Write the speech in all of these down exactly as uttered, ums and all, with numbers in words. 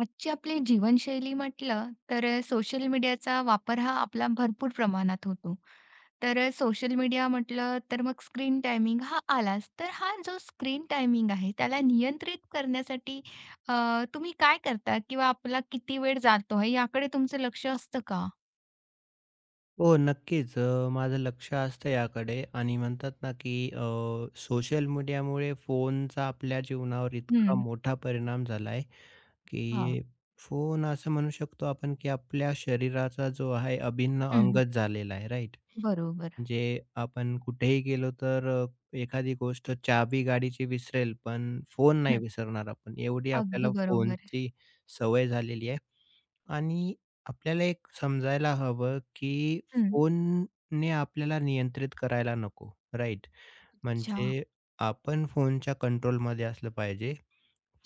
आजची आपली जीवनशैली म्हटलं तर अ, सोशल मीडियाचा वापर हा आपला भरपूर प्रमाणात होतो. तर सोशल मीडिया म्हटलं तर मग स्क्रीन टायमिंग हा आलाच. तर हा जो स्क्रीन टायमिंग आहे त्याला नियंत्रित करण्यासाठी अ, तुम्ही काय करता? किंवा आपला किती वेळ जातो आहे याकडे तुमचं लक्ष असतं का? हो, नक्कीच. अ, माझं लक्ष असतं याकडे आणि म्हणतात ना, की अ, सोशल मीडियामुळे फोनचा आपल्या जीवनावर इतका हं. मोठा परिणाम झाला आहे, हां. की फोन असं म्हणू शकतो आपण, की आपल्या शरीराचा जो आहे अभिन्न हं, हं. अंगच झालेला आहे, राईट? बरोबर. म्हणजे आपण कुठेही गेलो तर अ, एखादी गोष्ट चावी गाडीची विसरेल, पण फोन नाही हं. विसरणार आपण. एवढी अगदी आपल्याला बरोबर. फोनची सवय झालेली आहे. आणि आपल्याला एक समजायला हवं, की हं. फोनने आपल्याला नियंत्रित करायला नको, राइट? अच्छा. म्हणजे आपण फोनच्या कंट्रोलमध्ये असलं पाहिजे.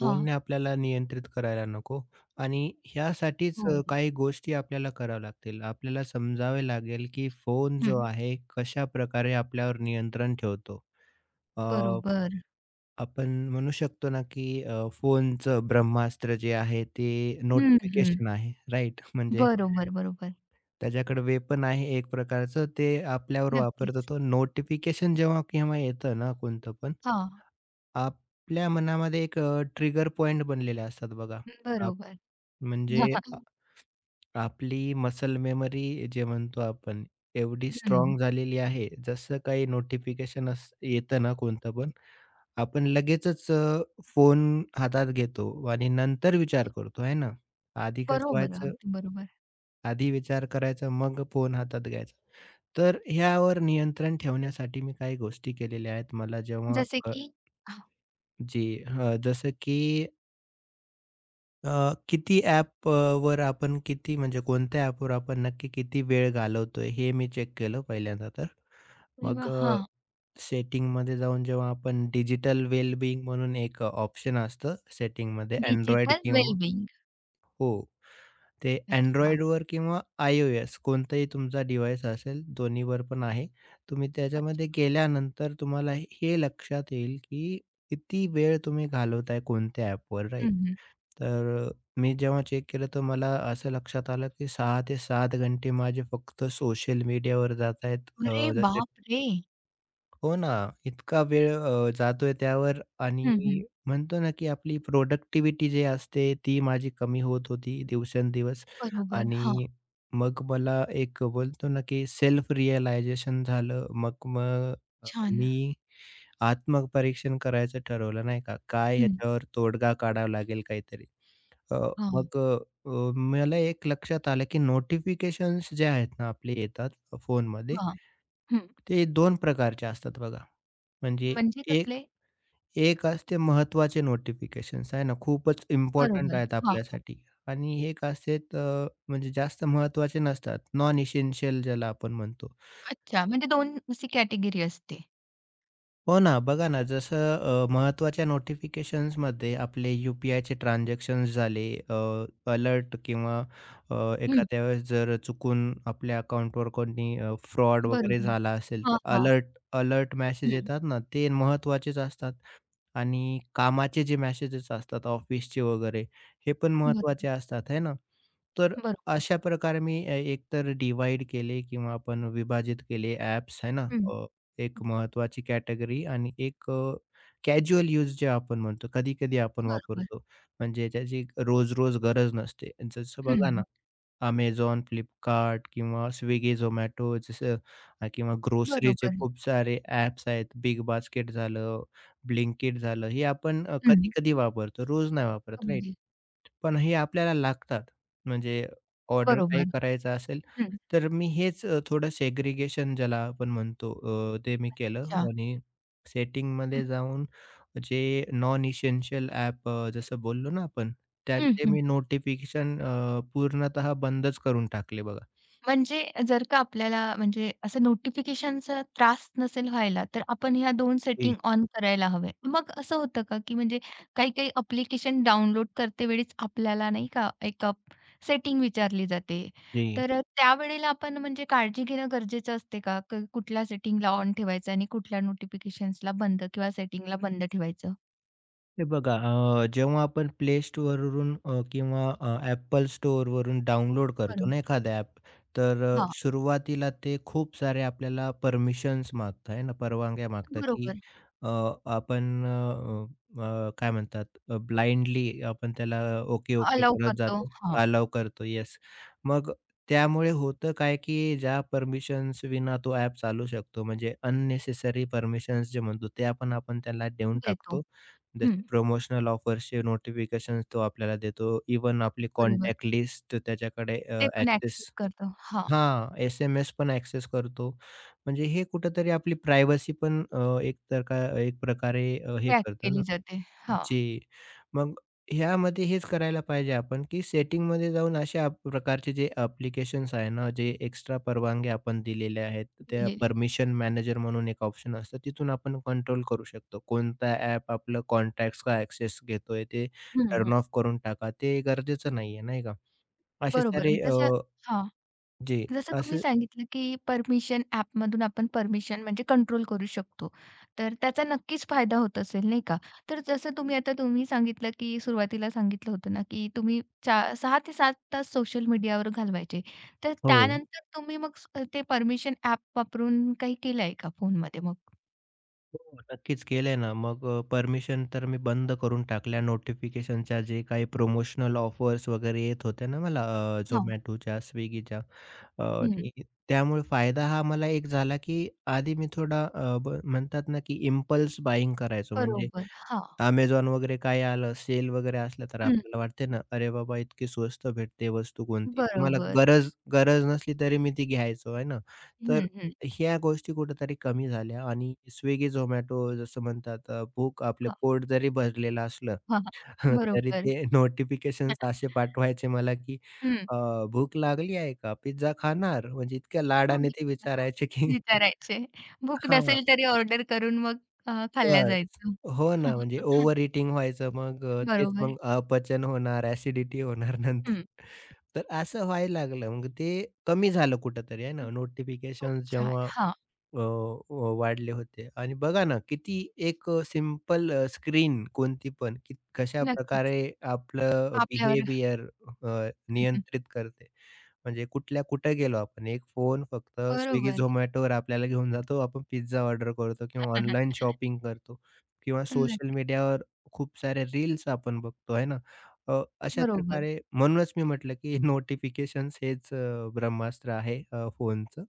हां. फोनने आपल्याला नियंत्रित करायला नको आणि ह्यासाठीच हो. अ, काही गोष्टी आपल्याला कराव्या लागतील. आपल्याला समजावे लागेल, की फोन जो हं. आहे कशाप्रकारे आपल्यावर नियंत्रण ठेवतो. अ, बरोबर. आपण म्हणू शकतो ना, की अ, फोनचं ब्रह्मास्त्र जे आहे ते हं, हं. नोटिफिकेशन आहे, राइट? म्हणजे बरोबर, बरोबर. त्याच्याकडे वेपन आहे एक प्रकारचं ते आपल्यावर वापरतो नक्कीच. तो. नोटिफिकेशन जेव्हा केव्हा येतं ना कोणतं पण, हां. आपल्या मनामध्ये एक ट्रिगर पॉइंट बनलेले असतात बघा. बरोबर. म्हणजे अ, आपली मसल मेमरी जे म्हणतो आपण, एवढी हं. स्ट्राँग झालेली आहे, जसं काही नोटिफिकेशन अस येतं ना कोणतं पण, आपण लगेचच फोन हातात घेतो आणि नंतर विचार करतो, है ना? आधी कसं बरोबर, व्हायचं, अगदी बरोबर. आधी विचार करायचा, मग फोन हातात घ्यायचा. तर ह्यावर नियंत्रण ठेवण्यासाठी मी काही गोष्टी केलेल्या आहेत. मला जेव्हा जसे अ, की जी हं, जसं की अ, किती ॲप वर आपण किती म्हणजे कोणत्या ॲपवर आपण नक्की किती वेळ घालवतोय हे मी चेक केलं पहिल्यांदा तर. अरे मग वाह! अ, हां, सेटिंगमध्ये जाऊन जेव्हा आपण डिजिटल वेलबीइंग म्हणून एक ऑप्शन असतं सेटिंगमध्ये Android डिजिटल किंवा वेलबिंग. हो. ते अच्छा, Androidवर किंवा iOS कोणताही तुमचा डिव्हाइस असेल दोन्हीवर पण आहे. तुम्ही त्याच्यामध्ये अच्छा. गेल्यानंतर तुम्हाला हे लक्षात येईल, की किती वेळ तुम्ही घालवताय कोणत्या ॲपवर राईट? हं, तर अ, मी जेव्हा चेक केलं तर मला असं लक्षात आलं की सहा ते सात घंटे माझे फक्त सोशल मीडियावर जात आहेत. अ, अरे जसे बापरे! हो ना, इतका वेळ अ, जातोय त्यावर आणि हं, हं. म्हणतो ना, की आपली प्रॉडक्टिव्हिटी जी असते ती माझी कमी होत होती दिवसेंदिवस बरोबर. हां, आणि मग मला एक बोलतो ना, की सेल्फ रिअलायझेशन झालं. मग मग अ, छान. मी आत्मपरीक्षण करायचं ठरवलं नाही का, काय हं. ह्याच्यावर तोडगा काढावा लागेल काहीतरी. अ, हां, मग अ, मला एक लक्षात आलं, की नोटिफिकेशन्स जे आहेत ना आपले येतात फोनमध्ये, हां. हं. ते दोन प्रकारचे असतात बघा. म्हणजे म्हणजे एक कसले? एक असते महत्त्वाचे नोटिफिकेशन्स आहे ना, खूपच इम्पोर्टंट बरोबर. आहेत हां, हां. आपल्यासाठी आणि एक असतात म्हणजे जास्त महत्त्वाचे नसतात, नॉन इसेन्शियल ज्याला आपण म्हणतो. अच्छा, म्हणजे दोन अशी कॅटेगरी असते. हो ना, बघा ना, जसं अ, महत्त्वाच्या नोटिफिकेशन्समध्ये आपले यू-पी-आयचे ट्रान्झॅक्शन्स झाले, अलर्ट किंवा अ, हं. एखाद्या वेळेस जर चुकून आपल्या अकाउंटवर कोणी अ, फ्रॉड वगैरे बरोबर. झाला असेल, हां, तर हां. अलर्ट अलर्ट मेसेज हं. येतात ना, ते महत्त्वाचेच असतात. आणि कामाचे जे मेसेजेस असतात ऑफिसचे वगैरे, हे पण बरोबर, महत्त्वाचे असतात, आहे ना? तर बरोबर. अशा प्रकारे मी अ, एकतर डिव्हाईड केले किंवा आपण विभाजित केले ॲप्स, आहे ना? हं. अ, एक महत्त्वाची कॅटेगरी आणि एक अ, कॅज्युअल यूज जे आपण म्हणतो, कधी-कधी आपण बरोबर. वापरतो. म्हणजे त्याची रोज-रोज गरज नसते. जसं बघा हं. ना, Amazon, फ्लिपकार्ट किंवा Swiggy, Zomato जसं अ, किंवा ग्रोसरीचे बरोबर. खूप सारे ॲप्स आहेत. बिग बास्केट झालं, Blinkit झालं, हे आपण अ, हं. कधी-कधी वापरतो, रोज नाही वापरत, राईट? अगदी पण हे आपल्याला लागतात. म्हणजे ऑर्डर बरोबर. काही करायचं असेल, हं. तर मी हेच अ, थोडं सेग्रीगेशन ज्याला आपण म्हणतो अ, ते मी केलं अच्छा. आणि सेटिंगमध्ये जाऊन जे नॉन इसेन्शियल ॲप अ, जसं बोललो ना आपण, हं, त्याचे हं. मी नोटिफिकेशन पूर्णतः बंदच करून टाकले बघा. म्हणजे जर का आपल्याला म्हणजे असं नोटिफिकेशनचा त्रास नसेल व्हायला, तर आपण ह्या दोन सेटिंग जी, ऑन करायला हव्या. मग असं होतं का, की म्हणजे काही-काही ॲप्लिकेशन डाउनलोड करतेवेळीच आपल्याला नाही का एक अ, सेटिंग विचारली जाते. जी. तर अ, त्यावेळेला आपण म्हणजे काळजी घेणं गरजेचं असते का? क कुठल्या सेटिंगला ऑन ठेवायचं आणि कुठल्या नोटिफिकेशन्सला बंद किंवा सेटिंगला बंद ठेवायचं? हे बघा अ, जेव्हा आपण Play Storeवरून अ, किंवा अ, Apple डाउनलोड करतो बरोबर. ना एखादं ॲप, तर अ, हां, सुरुवातीला ते खूप सारे आपल्याला परमिशन्स मागतं आहे ना, परवानग्या मागतं की बरोबर. अ, आपण अ, अ, काय म्हणतात ब्लाइंडली आपण त्याला ओके, ओके अलाऊ करत करतो. जातो, हां, अलाऊ करतो. येस. मग त्यामुळे होतं काय की ज्या परमिशन्स विना तो ॲप चालू शकतो म्हणजे अननेसेसरी परमिशन्स जे म्हणतो ते आपण आपण त्याला देऊन देतो. टाकतो. हं, जसे प्रमोशनल ऑफर्सचे नोटिफिकेशन तो आपल्याला देतो. इवन आपली बरोबर. कॉन्टॅक्ट लिस्ट त्याच्याकडे अ, ते पण ॲक्सेस ॲक्सेस करतो. हां. हां, एस-एम-एस पण ॲक्सेस करतो. म्हणजे हे कुठेतरी आपली प्रायव्हसी पण अ, एक तर का एक प्रकारे अ, हे व्याख्या करतं केली ना जाते. हां, जी. मग ह्यामध्ये हेच करायला पाहिजे आपण, की सेटिंगमध्ये जाऊन अशा आप- प्रकारचे जे ॲप्लिकेशन्स आहे ना, जे एक्स्ट्रा परवानग्या आपण दिलेल्या आहेत, त्या लिहिलेलं आहे. परमिशन मॅनेजर म्हणून एक ऑप्शन असतं. तिथून आपण कंट्रोल करू शकतो. कोणता ॲप आपलं कॉन्टॅक्ट्सचा ॲक्सेस घेतोय ते हं, हं. टर्न ऑफ करून टाका. ते गरजेचं नाहीये, नाही का? असे बरोबर. सारे अ, जसं हां, जे जसं तुम्ही असे सांगितलं, की परमिशन ॲपमधून आपण परमिशन म्हणजे कंट्रोल करू शकतो. तर त्याचा नक्कीच फायदा होत असेल, नाही का? तर जसं तुम्ही आता तुम्ही सांगितलं, की सुरुवातीला सांगितलं होतं ना, की तुम्ही चा सहा ते सात तास सोशल मीडियावर घालवायचे. तर हो. त्यानंतर तुम्ही मग स ते परमिशन ॲप वापरून काही केलं आहे का फोनमध्ये मग? हो, नक्कीच केलंय ना. मग परमिशन तर मी बंद करून टाकल्या नोटिफिकेशनच्या जे काही प्रोमोशनल ऑफर्स वगैरे येत होत्या ना मला अ, हां. Zomatoच्या, Swiggyच्या अ, हं. आणि त्यामुळे फायदा हा मला एक झाला, की आधी मी थोडा अ, ब म्हणतात ना, की इम्पल्स बायिंग करायचो. म्हणजे बरोबर. हां. Amazon वगैरे काय आलं, सेल वगैरे असलं तर हं. आपल्याला वाटते ना, "अरे बाबा, इतकी स्वस्त भेटते वस्तू कोणती." ती मला बरोबर. गरज गरज नसली तरी मी ती घ्यायचो आहे ना. तर हं, हं. ह्या गोष्टी कुठेतरी कमी झाल्या आणि Swiggy, Zomato जसं म्हणतात अ, भूक आपलं पोट जरी भरलेलं असलं, हां, हां. तरी बरोबर. ते नोटिफिकेशन्स असे पाठवायचे मला, की हं. अ, "भूक लागली आहे का? पिझ्झा खाणार?" म्हणजे इतक्या लाडाने ते विचारायचे, की विचारायचे. भूक हां. नसेल तरी ऑर्डर करून मग अ, खाल्ल्या बस. जायचं. हो ना, म्हणजे ओव्हर ईटिंग व्हायचं मग अ, तेच बरोबर. मग अपचन होणार, ॲसिडिटी होणार नंतर. हं. तर असं व्हायला लागलं. मग ते कमी झालं कुठेतरी आहे ना, खूप नोटिफिकेशन्स छान. जेव्हा हां, अ, अ, वाढले होते आणि बघा ना, किती एक सिंपल स्क्रीन कोणती पण, की नक्कीच. कशाप्रकारे आपलं आपल्यावर बिहेवियर अ, हं, हं. नियंत्रित करते. म्हणजे कुठल्या कुठे गेलो आपण. एक फोन फक्त Swiggy, बरोबर. Zomatoवर आपल्याला घेऊन जातो. आपण पिझ्झा ऑर्डर करतो किंवा ऑनलाईन शॉपिंग करतो किंवा सोशल नक्कीच. मीडियावर खूप साऱ्या रील्स आपण बघतो आहे ना. अ, अशा बरोबर, प्रकारे म्हणूनच मी म्हटलं, की नोटिफिकेशन्स हेच अ, ब्रह्मास्त्र आहे अ, फोनचं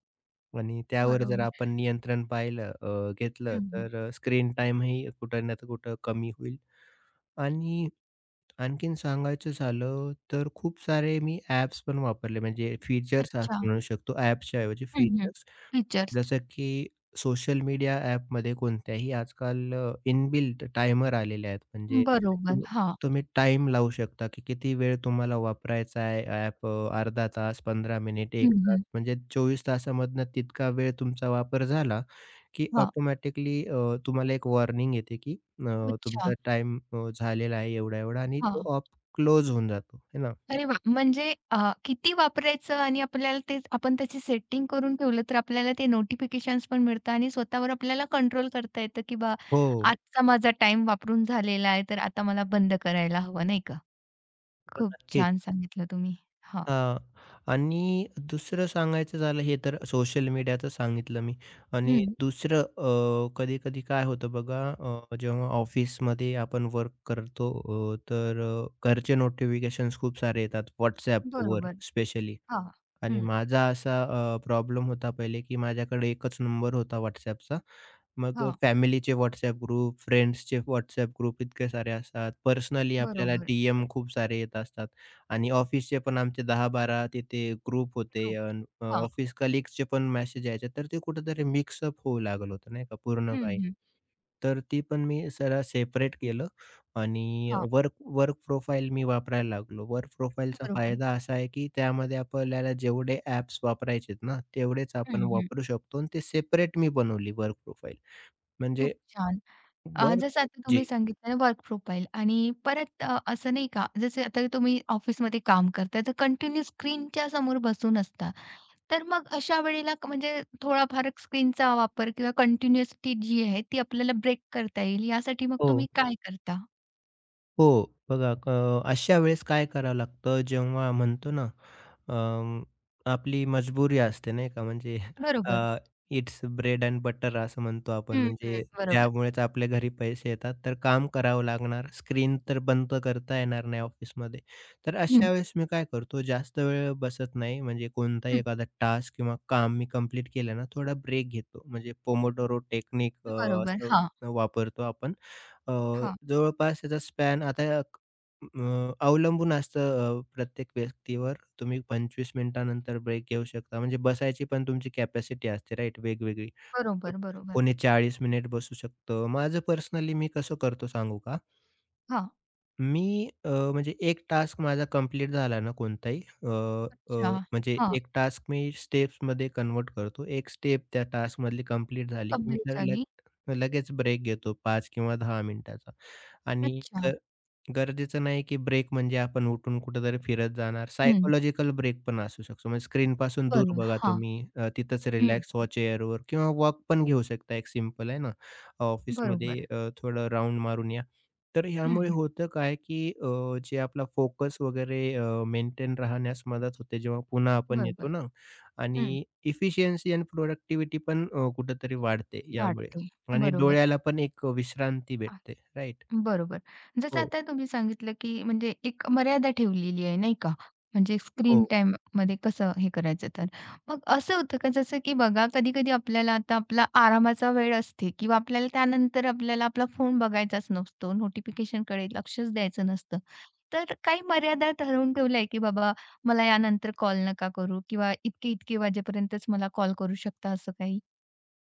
आणि त्यावर जर बरोबर. आपण नियंत्रण पाहिलं अ, घेतलं हं, हं. तर स्क्रीन टाईमही कुठं ना तर कुठं कमी होईल आणि आणखीन सांगायचं झालं, तर खूप सारे मी ॲप्स पण वापरले म्हणजे फीचर्स अच्छा. आपण म्हणू शकतो ॲप्सच्या ऐवजी हं, हं. फीचर्स. टीचर्स. जसं की सोशल मीडिया ॲपमध्ये कोणत्याही आजकाल अ, इनबिल्ट टायमर आलेले आहेत. म्हणजे बरोबर. तुम्ही हां. तुम्ही टाईम लावू शकता, की किती वेळ तुम्हाला वापरायचा आहे ॲप अ, अर्धा तास, पंधरा मिनिट, हं, एक तास. हं. म्हणजे चोवीस तासामधनं तितका वेळ तुमचा वापर झाला, की हां. ऑटोमॅटिकली तुम्हाला एक वॉर्निंग येते, की अ, अच्छा. तुमचा टाईम झालेला आहे एवढा-एवढा आणि हां. तो ॲप क्लोज होऊन जातो, है ना? अरे वाह! म्हणजे अ, किती वापरायचं आणि आपल्याला ते आपण त्याची सेटिंग करून ठेवलं तर आपल्याला ते नोटिफिकेशन्स पण मिळतात आणि स्वतःवर आपल्याला कंट्रोल करता येतं, की बा हो, आजचा माझा टाइम वापरून झालेला आहे, तर आता मला बंद करायला हवं, नाही का? हो, खूप नक्कीच. छान सांगितलं तुम्ही. हां. हां. आणि दुसरं सांगायचं झालं हे तर सोशल मीडियाचं सांगितलं मी आणि हं. दुसरं अ, कधी-कधी काय होतं बघा अ, जेव्हा ऑफिसमध्ये आपण वर्क करतो अ, तर अ, घरचे नोटिफिकेशन्स खूप सारे येतात WhatsAppवर बरोबर. स्पेशली. हां. आणि हं. माझा असा अ, प्रॉब्लेम होता पहिले, की माझ्याकडे एकच नंबर होता WhatsAppचा. मग अ, हां. फॅमिलीचे WhatsApp ग्रुप, फ्रेंड्सचे WhatsApp ग्रुप इतके सारे असतात. पर्सनली आपल्याला बरोबर. डी-एम खूप सारे येत असतात आणि ऑफिसचे पण आमचे दहा बारा तिथे ग्रुप होते. ग्रुप. अन् हां. ऑफिस कलीग्सचे पण मेसेज यायचे. तर ते कुठेतरी मिक्सअप होऊ लागलं होतं नाही का पूर्ण हं, काही. हं. तर ती पण मी सरळ सेपरेट केलं. आणि हां. वर्क वर्क प्रोफाइल मी वापरायला लागलो. वर्क प्रोफाइलचा बरोबर. फायदा असा आहे, की त्यामध्ये आपल्याला जेवढे ॲप्स वापरायचेत ना, तेवढेच हं, आपण हं. वापरू शकतो आणि ते सेपरेट मी बनवली वर्क प्रोफाइल. खूप म्हणजे छान. अ, वर्क जसं आता जी तुम्ही सांगितलं ना वर्क प्रोफाइल आणि परत अ, असं नाही का जसे आता तुम्ही ऑफिसमध्ये काम करता तर कंटिन्यू स्क्रीनच्या समोर बसून असता. तर मग अशा वेळेला क म्हणजे थोडाफार स्क्रीनचा वापर किंवा कंटिन्युअसिटी जी आहे ती आपल्याला ब्रेक करता येईल यासाठी मग हो. तुम्ही काय करता? हो, बघा अ, अशा वेळेस काय करावं लागतं जेव्हा म्हणतो ना, अं, आपली मजबुरी असते नाही का म्हणजे बरोबर. इट्स ब्रेड एंड बटर असं म्हणतो आपण हं, हं. म्हणजे बरोबर. त्यामुळेच आपल्या घरी पैसे येतात. तर काम करावं लागणार. स्क्रीन तर बंद करता येणार नाही ऑफिसमध्ये. तर हं, अशा वेळेस मी काय करतो जास्त वेळ बसत नाही म्हणजे कोणताही हं. एखादा टास्क किंवा काम मी कंप्लीट केलं ना, थोडा ब्रेक घेतो. म्हणजे पोमोडोरो टेक्निक अ, बरोबर. असं हां, वापरतो आपण. अ, हां. जवळपास त्याचा स्पॅन आता अक- अ, अवलंबून असतं अ, प्रत्येक व्यक्तीवर. तुम्ही पंचवीस मिनिटानंतर ब्रेक घेऊ शकता. म्हणजे बसायची पण तुमची कॅपॅसिटी असते राइट वेगवेगळी. बरोबर, बरोबर. कोणी चाळीस मिनिट बसू शकतं. माझं पर्सनली मी कसं करतो सांगू का? हां. मी अ, म्हणजे एक टास्क माझा कंप्लीट झाला ना कोणताही अ, अ, अच्छा. म्हणजे हां. एक टास्क मी स्टेप्समध्ये कन्व्हर्ट करतो. एक स्टेप त्या टास्कमधली कंप्लीट झाली की मी कंप्लीट तर लग झाली. लगेच ब्रेक घेतो पाच किंवा दहा मिनिटाचा आणि क अच्छा. गरजेचं नाही की ब्रेक म्हणजे आपण उठून कुठेतरी फिरत जाणार. हं. सायकॉलॉजिकल ब्रेक पण असू शकतो. म्हणजे स्क्रीनपासून दूर बरोबर. बघा हां. तुम्ही. अ, तिथंच हं. रिलॅक्स व्हा चेअरवर किंवा वॉक पण घेऊ शकता एक सिंपल आहे ना. ऑफिसमध्ये बरोबर. अ, थोडं राउंड मारून या. तर ह्यामुळे हं, होतं काय की अ, जे आपला फोकस वगैरे मेंटेन राहण्यास मदत होते जेव्हा पुन्हा आपण येतो बरोबर. ना हं. आणि इफिशियन्सी आणि प्रोडक्टिव्हिटी पण अ, कुठेतरी वाढते यामुळे वाटते. आणि बरोबर. डोळ्याला पण एक विश्रांती आ, भेटते. राइट? बरोबर. जसं हो, आता तुम्ही सांगितलं, की म्हणजे एक मर्यादा ठेवलेली आहे, नाही का? म्हणजे स्क्रीन हो. टाइम टाईममध्ये कसं हे करायचं तर. मग असं होतं का जसं की बघा कधी-कधी आपल्याला आता आपला आरामाचा वेळ असते किंवा आपल्याला त्यानंतर आपल्याला आपला फोन बघायचाच नसतो, नोटिफिकेशनकडे लक्षच द्यायचं नसतं. तर काही मर्यादा ठरवून ठेवल्या की बाबा मला यानंतर कॉल नका करू किंवा इतके-इतके वाजेपर्यंतच मला कॉल करू शकता असं काही?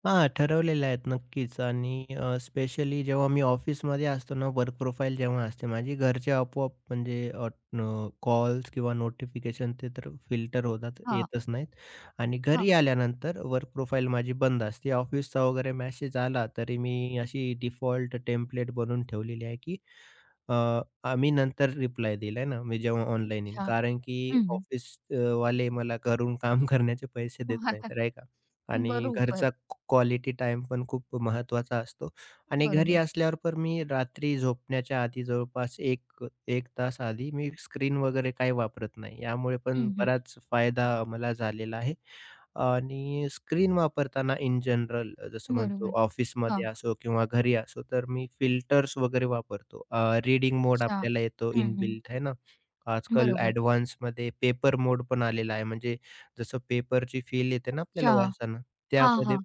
हां, ठरवलेल्या आहेत नक्कीच आणि स्पेशली जेव्हा मी ऑफिसमध्ये असतो ना, वर्क प्रोफाईल जेव्हा असते माझी, घरचे आपोआप म्हणजे अ, न कॉल्स किंवा नोटिफिकेशन ते तर फिल्टर होतात, हां, येतच नाहीत. आणि हां. घरी आल्यानंतर वर्क प्रोफाईल माझी बंद असते. ऑफिसचा वगैरे मेसेज आला, तरी मी अशी डिफॉल्ट टेम्प्लेट बनवून ठेवलेली आहे, की अ, आम्ही नंतर रिप्लाय दिलाय ना, मी जेव्हा ऑनलाईन येईन. अच्छा. कारण की हं. ऑफिस वाले मला घरून काम करण्याचे पैसे देत नाहीत, नाही तर, आहे का? आणि बरोबर. घरचा क्वालिटी टाइम पण खूप महत्वाचा असतो. आणि घरी बरोबर. असल्यावर पण मी रात्री झोपण्याच्या आधी जवळपास 1 एक तास आधी मी स्क्रीन वगैरे काही वापरत नाही. यामुळे पण हं, हं. बराच फायदा मला झालेला आहे. आणि स्क्रीन वापरताना इन जनरल जसं म्हणतो बरोबर. हां, ऑफिसमध्ये असो किंवा घरी असो, तर मी फिल्टर्स वगैरे वापरतो. अ, रीडिंग मोड चहा. आपल्याला येतो हं, हं. इनबिल्ट आहे ना. आजकाल बरोबर. ॲडव्हान्समध्ये पेपर मोड पण आलेला आहे. म्हणजे जसं पेपरची फील येते ना आपल्याला चहा. वाचताना, हां, त्यामध्ये हां.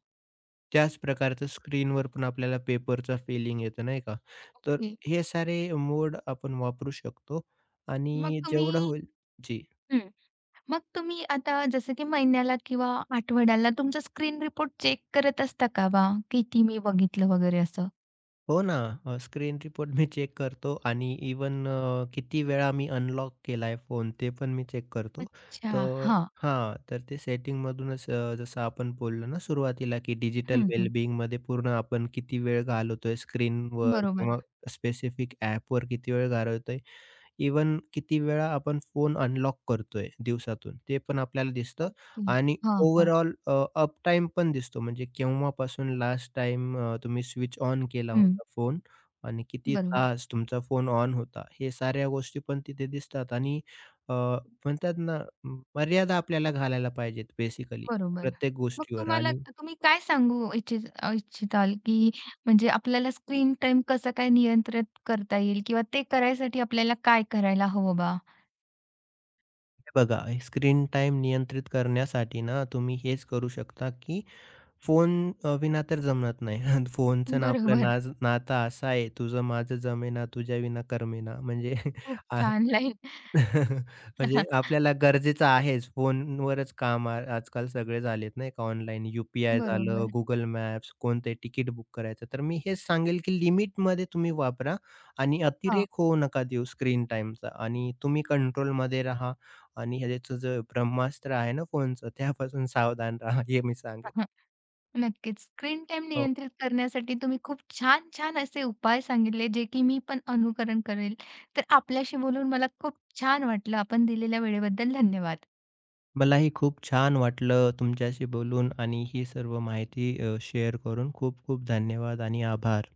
त्याच प्रकारचं स्क्रीनवर पण आपल्याला पेपरचा फीलिंग येतो नाही का. तर ओके. हे सारे मोड आपण वापरू शकतो मग आणि जेवढं तुम्ही होईल जी. हं. मग तुम्ही आता जसं की महिन्याला किंवा आठवड्याला तुमचा स्क्रीन रिपोर्ट चेक करत असता का बा? किती मी बघितलं वगैरे असं? हो ना, स्क्रीन रिपोर्ट मी चेक करतो आणि इवन किती वेळा मी अनलॉक केलाय फोन ते पण मी चेक करतो. अच्छा. तर हां. हां, तर ते सेटिंगमधूनच अ, जसं आपण बोललो ना सुरुवातीला, की डिजिटल हं, हं. वेलबिंगमध्ये पूर्ण आपण किती वेळ घालवतोय स्क्रीनवर बरोबर. किंवा स्पेसिफिक ॲपवर किती वेळ घालवतोय इवन किती वेळा आपण फोन अनलॉक करतोय दिवसातून ते पण आपल्याला दिसतं ओके. आणि हां, हां. ओव्हरऑल अ, अप टाईम पण दिसतो. म्हणजे केव्हापासून लास्ट टाइम तुम्ही स्विच ऑन केला हं. होता फोन आणि किती बरोबर. तास तुमचा फोन ऑन होता. हे साऱ्या गोष्टी पण तिथे दिसतात आणि अ, म्हणतात ना म, मर्यादा आपल्याला घालायला पाहिजेत बेसिकली बरोबर. प्रत्येक मग गोष्टीवर तुम्हाला आणि तुम्ही काय सांगू इच्छित इच्छिताल, की म्हणजे आपल्याला स्क्रीन टाईम कसं काय नियंत्रित करता येईल किंवा ते करायसाठी आपल्याला काय करायला हवं बा? हे बघा स्क्रीन टाईम नियंत्रित करण्यासाठी ना तुम्ही हेच करू शकता, की फोन अ, विना तर जमत नाही. फोनचं ना आपलं बरोबर. नाज नातं असं आहे, तुझं माझं जमेना, तुझ्याविना करमेना. म्हणजे खूप आ छान लाईन. म्हणजे आपल्याला गरजेचं आहेच. फोनवरच काम आ आजकाल सगळे झालेत नाही का ऑनलाईन. यू-पी-आय झालं, बरोबर. Google Maps, कोणते तिकीट बुक करायचं. तर मी हेच सांगेल, की लिमिटमध्ये तुम्ही वापरा आणि हां. अतिरेक होऊ नका देऊ स्क्रीन टाईमचा आणि तुम्ही कंट्रोलमध्ये राहा आणि ह्याचं जे ब्रह्मास्त्र आहे ना फोनचं, त्यापासून सावधान राहा. हे मी सांगेन. नक्कीच. स्क्रीन टाईम हो. नियंत्रित करण्यासाठी तुम्ही खूप छान-छान असे उपाय सांगितले, जे की मी पण अनुकरण करेल. तर आपल्याशी बोलून मला खूप छान वाटलं. आपण दिलेल्या वेळेबद्दल धन्यवाद. मलाही खूप छान वाटलं तुमच्याशी बोलून आणि ही सर्व माहिती अ, शेअर करून खूप खूप धन्यवाद आणि आभार.